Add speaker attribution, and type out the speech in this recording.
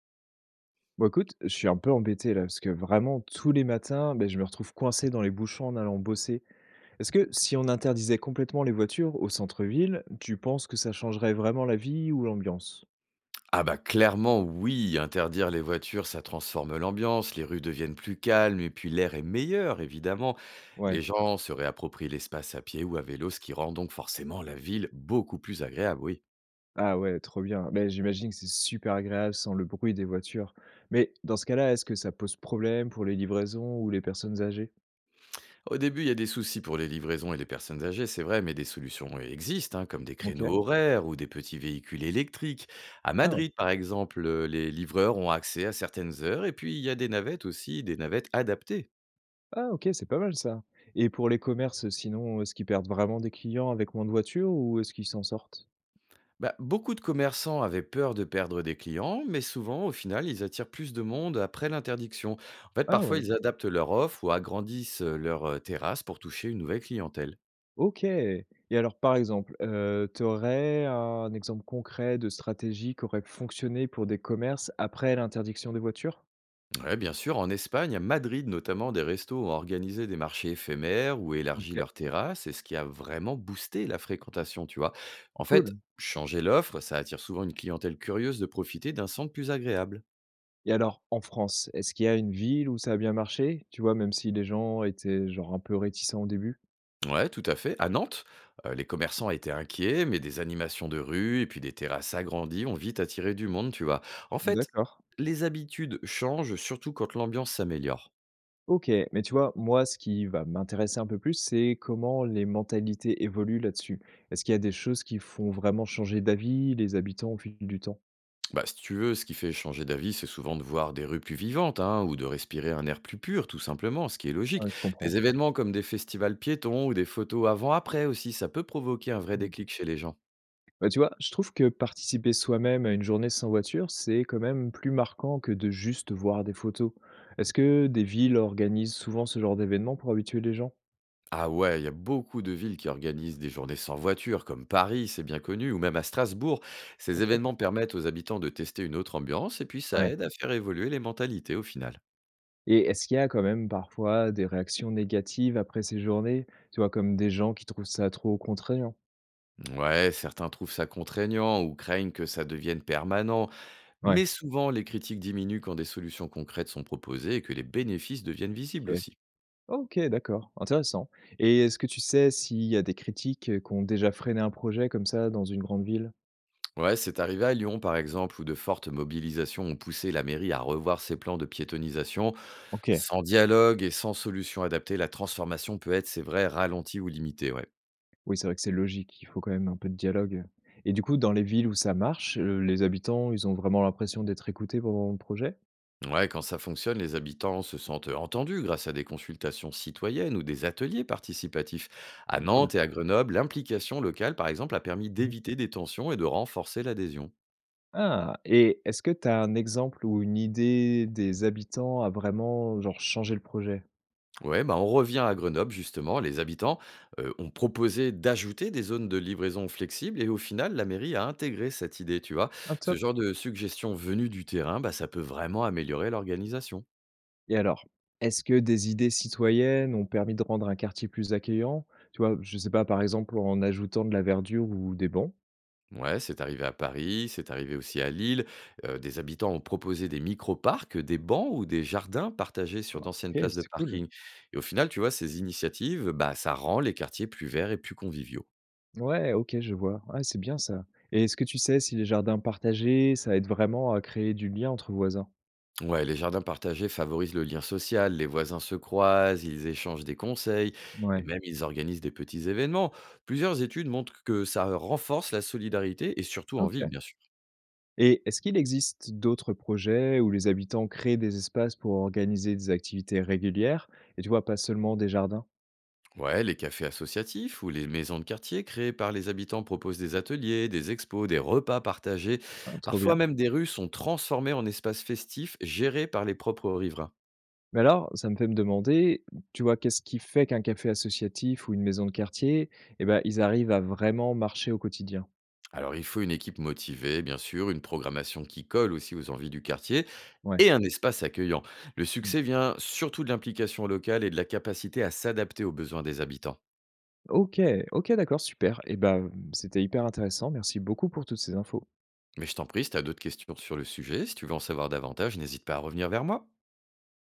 Speaker 1: Bon écoute, je suis un peu embêté là, parce que vraiment tous les matins, ben je me retrouve coincé dans les bouchons en allant bosser. Est-ce que si on interdisait complètement les voitures au centre-ville, tu penses que ça changerait vraiment la vie ou l'ambiance?
Speaker 2: Ah bah clairement oui, interdire les voitures, ça transforme l'ambiance, les rues deviennent plus calmes et puis l'air est meilleur évidemment.
Speaker 1: Ouais.
Speaker 2: Les gens se réapproprient l'espace à pied ou à vélo, ce qui rend donc forcément la ville beaucoup plus agréable, oui.
Speaker 1: Ah ouais, trop bien. Ben j'imagine que c'est super agréable sans le bruit des voitures. Mais dans ce cas-là, est-ce que ça pose problème pour les livraisons ou les personnes âgées?
Speaker 2: Au début, il y a des soucis pour les livraisons et les personnes âgées, c'est vrai, mais des solutions existent, hein, comme des
Speaker 1: OK.
Speaker 2: créneaux horaires ou des petits véhicules électriques. À
Speaker 1: Ah ouais.
Speaker 2: Madrid, par exemple, les livreurs ont accès à certaines heures, et puis il y a des navettes aussi, des navettes adaptées.
Speaker 1: Ah OK, c'est pas mal ça. Et pour les commerces, sinon, est-ce qu'ils perdent vraiment des clients avec moins de voitures ou est-ce qu'ils s'en sortent?
Speaker 2: Bah, beaucoup de commerçants avaient peur de perdre des clients, mais souvent, au final, ils attirent plus de monde après l'interdiction. En fait,
Speaker 1: Ah
Speaker 2: parfois,
Speaker 1: ouais.
Speaker 2: ils adaptent leur offre ou agrandissent leur terrasse pour toucher une nouvelle clientèle.
Speaker 1: OK, et alors, par exemple, tu aurais un exemple concret de stratégie qui aurait fonctionné pour des commerces après l'interdiction des voitures?
Speaker 2: Ouais, bien sûr, en Espagne, à Madrid notamment, des restos ont organisé des marchés éphémères ou élargi
Speaker 1: OK,
Speaker 2: leurs terrasses, et ce qui a vraiment boosté la fréquentation, tu vois. En fait,
Speaker 1: cool,
Speaker 2: changer l'offre, ça attire souvent une clientèle curieuse de profiter d'un centre plus agréable.
Speaker 1: et alors en France, est-ce qu'il y a une ville où ça a bien marché? Tu vois, même si les gens étaient genre un peu réticents au début?
Speaker 2: Ouais, tout à fait. À Nantes, les commerçants étaient inquiets, mais des animations de rue et puis des terrasses agrandies ont vite attiré du monde, tu vois. En fait,
Speaker 1: D'accord,
Speaker 2: les habitudes changent, surtout quand l'ambiance s'améliore.
Speaker 1: OK, mais tu vois, moi, ce qui va m'intéresser un peu plus, c'est comment les mentalités évoluent là-dessus. Est-ce qu'il y a des choses qui font vraiment changer d'avis les habitants au fil du temps?
Speaker 2: Bah, si tu veux, ce qui fait changer d'avis, c'est souvent de voir des rues plus vivantes, hein, ou de respirer un air plus pur, tout simplement, ce qui est logique.
Speaker 1: Ouais, je
Speaker 2: Des
Speaker 1: comprends.
Speaker 2: événements comme des festivals piétons ou des photos avant-après aussi, ça peut provoquer un vrai déclic chez les gens.
Speaker 1: Bah, tu vois, je trouve que participer soi-même à une journée sans voiture, c'est quand même plus marquant que de juste voir des photos. Est-ce que des villes organisent souvent ce genre d'événement pour habituer les gens?
Speaker 2: Ah ouais, il y a beaucoup de villes qui organisent des journées sans voiture, comme Paris, c'est bien connu, ou même à Strasbourg.
Speaker 1: Ah,
Speaker 2: Ces
Speaker 1: top.
Speaker 2: événements permettent aux habitants de tester une autre ambiance et puis ça
Speaker 1: Ouais.
Speaker 2: aide à faire évoluer les mentalités au final.
Speaker 1: Et est-ce qu'il y a quand même parfois des réactions négatives après ces journées? Tu vois, comme des gens qui trouvent ça trop contraignant?
Speaker 2: Ouais, certains trouvent ça contraignant ou craignent que ça devienne permanent,
Speaker 1: Ouais.
Speaker 2: mais souvent les critiques diminuent quand des solutions concrètes sont proposées et que les bénéfices deviennent visibles
Speaker 1: Ok.
Speaker 2: aussi.
Speaker 1: Ok, d'accord. Intéressant. Et est-ce que tu sais s'il y a des critiques qui ont déjà freiné un projet comme ça dans une grande ville?
Speaker 2: Ouais, c'est arrivé à Lyon par exemple, où de fortes mobilisations ont poussé la mairie à revoir ses plans de piétonisation.
Speaker 1: Ok.
Speaker 2: Sans dialogue et sans solution adaptée, la transformation peut être, c'est vrai, ralentie ou limitée, ouais.
Speaker 1: Oui, c'est vrai que c'est logique, il faut quand même un peu de dialogue. Et du coup, dans les villes où ça marche, les habitants, ils ont vraiment l'impression d'être écoutés pendant le projet?
Speaker 2: Ouais, quand ça fonctionne, les habitants se sentent entendus grâce à des consultations citoyennes ou des ateliers participatifs.
Speaker 1: Ah
Speaker 2: À
Speaker 1: cool.
Speaker 2: Nantes et à Grenoble, l'implication locale, par exemple, a permis
Speaker 1: Mmh mh.
Speaker 2: d'éviter des tensions et de renforcer l'adhésion.
Speaker 1: Ah, et est-ce que tu as un exemple ou une idée des habitants à vraiment, genre, changer le projet?
Speaker 2: Ouais, bah on revient à Grenoble, justement. Les habitants ont proposé d'ajouter des zones de livraison flexibles et au final, la mairie a intégré cette idée, tu vois.
Speaker 1: Ah
Speaker 2: Ce
Speaker 1: top.
Speaker 2: genre de suggestion venue du terrain, bah, ça peut vraiment améliorer l'organisation.
Speaker 1: Et alors, est-ce que des idées citoyennes ont permis de rendre un quartier plus accueillant? Tu vois, je sais pas, par exemple, en ajoutant de la verdure ou des bancs?
Speaker 2: Ouais, c'est arrivé à Paris, c'est arrivé aussi à Lille. Des habitants ont proposé des micro-parcs, des bancs ou des jardins partagés sur
Speaker 1: Ah.
Speaker 2: d'anciennes
Speaker 1: OK,
Speaker 2: places de
Speaker 1: c'est cool.
Speaker 2: parking et au final, tu vois, ces initiatives, bah, ça rend les quartiers plus verts et plus conviviaux.
Speaker 1: Ouais, OK, je vois. Ah, c'est bien ça. Et est-ce que tu sais si les jardins partagés, ça aide vraiment à créer du lien entre voisins?
Speaker 2: Ouais, les jardins partagés favorisent le lien social, les voisins se croisent, ils échangent des conseils et
Speaker 1: Ouais,
Speaker 2: même ils organisent des petits événements. Plusieurs études montrent que ça renforce la solidarité et surtout en ville,
Speaker 1: OK.
Speaker 2: bien sûr.
Speaker 1: Et est-ce qu'il existe d'autres projets où les habitants créent des espaces pour organiser des activités régulières et tu vois, pas seulement des jardins?
Speaker 2: Ouais, les cafés associatifs ou les maisons de quartier créées par les habitants proposent des ateliers, des expos, des repas partagés.
Speaker 1: Ah, trop bien.
Speaker 2: Parfois même des rues sont transformées en espaces festifs gérés par les propres riverains.
Speaker 1: Mais alors, ça me fait me demander, tu vois, qu'est-ce qui fait qu'un café associatif ou une maison de quartier, eh ben, ils arrivent à vraiment marcher au quotidien?
Speaker 2: Alors il faut une équipe motivée, bien sûr, une programmation qui colle aussi aux envies du quartier
Speaker 1: Ouais.
Speaker 2: et un espace accueillant. Le
Speaker 1: Mm.
Speaker 2: succès vient surtout de l'implication locale et de la capacité à s'adapter aux besoins des habitants.
Speaker 1: OK, OK, d'accord, super. Et ben, c'était hyper intéressant. Merci beaucoup pour toutes ces infos.
Speaker 2: Mais je t'en prie, si tu as d'autres questions sur le sujet, si tu veux en savoir davantage, n'hésite pas à revenir vers moi.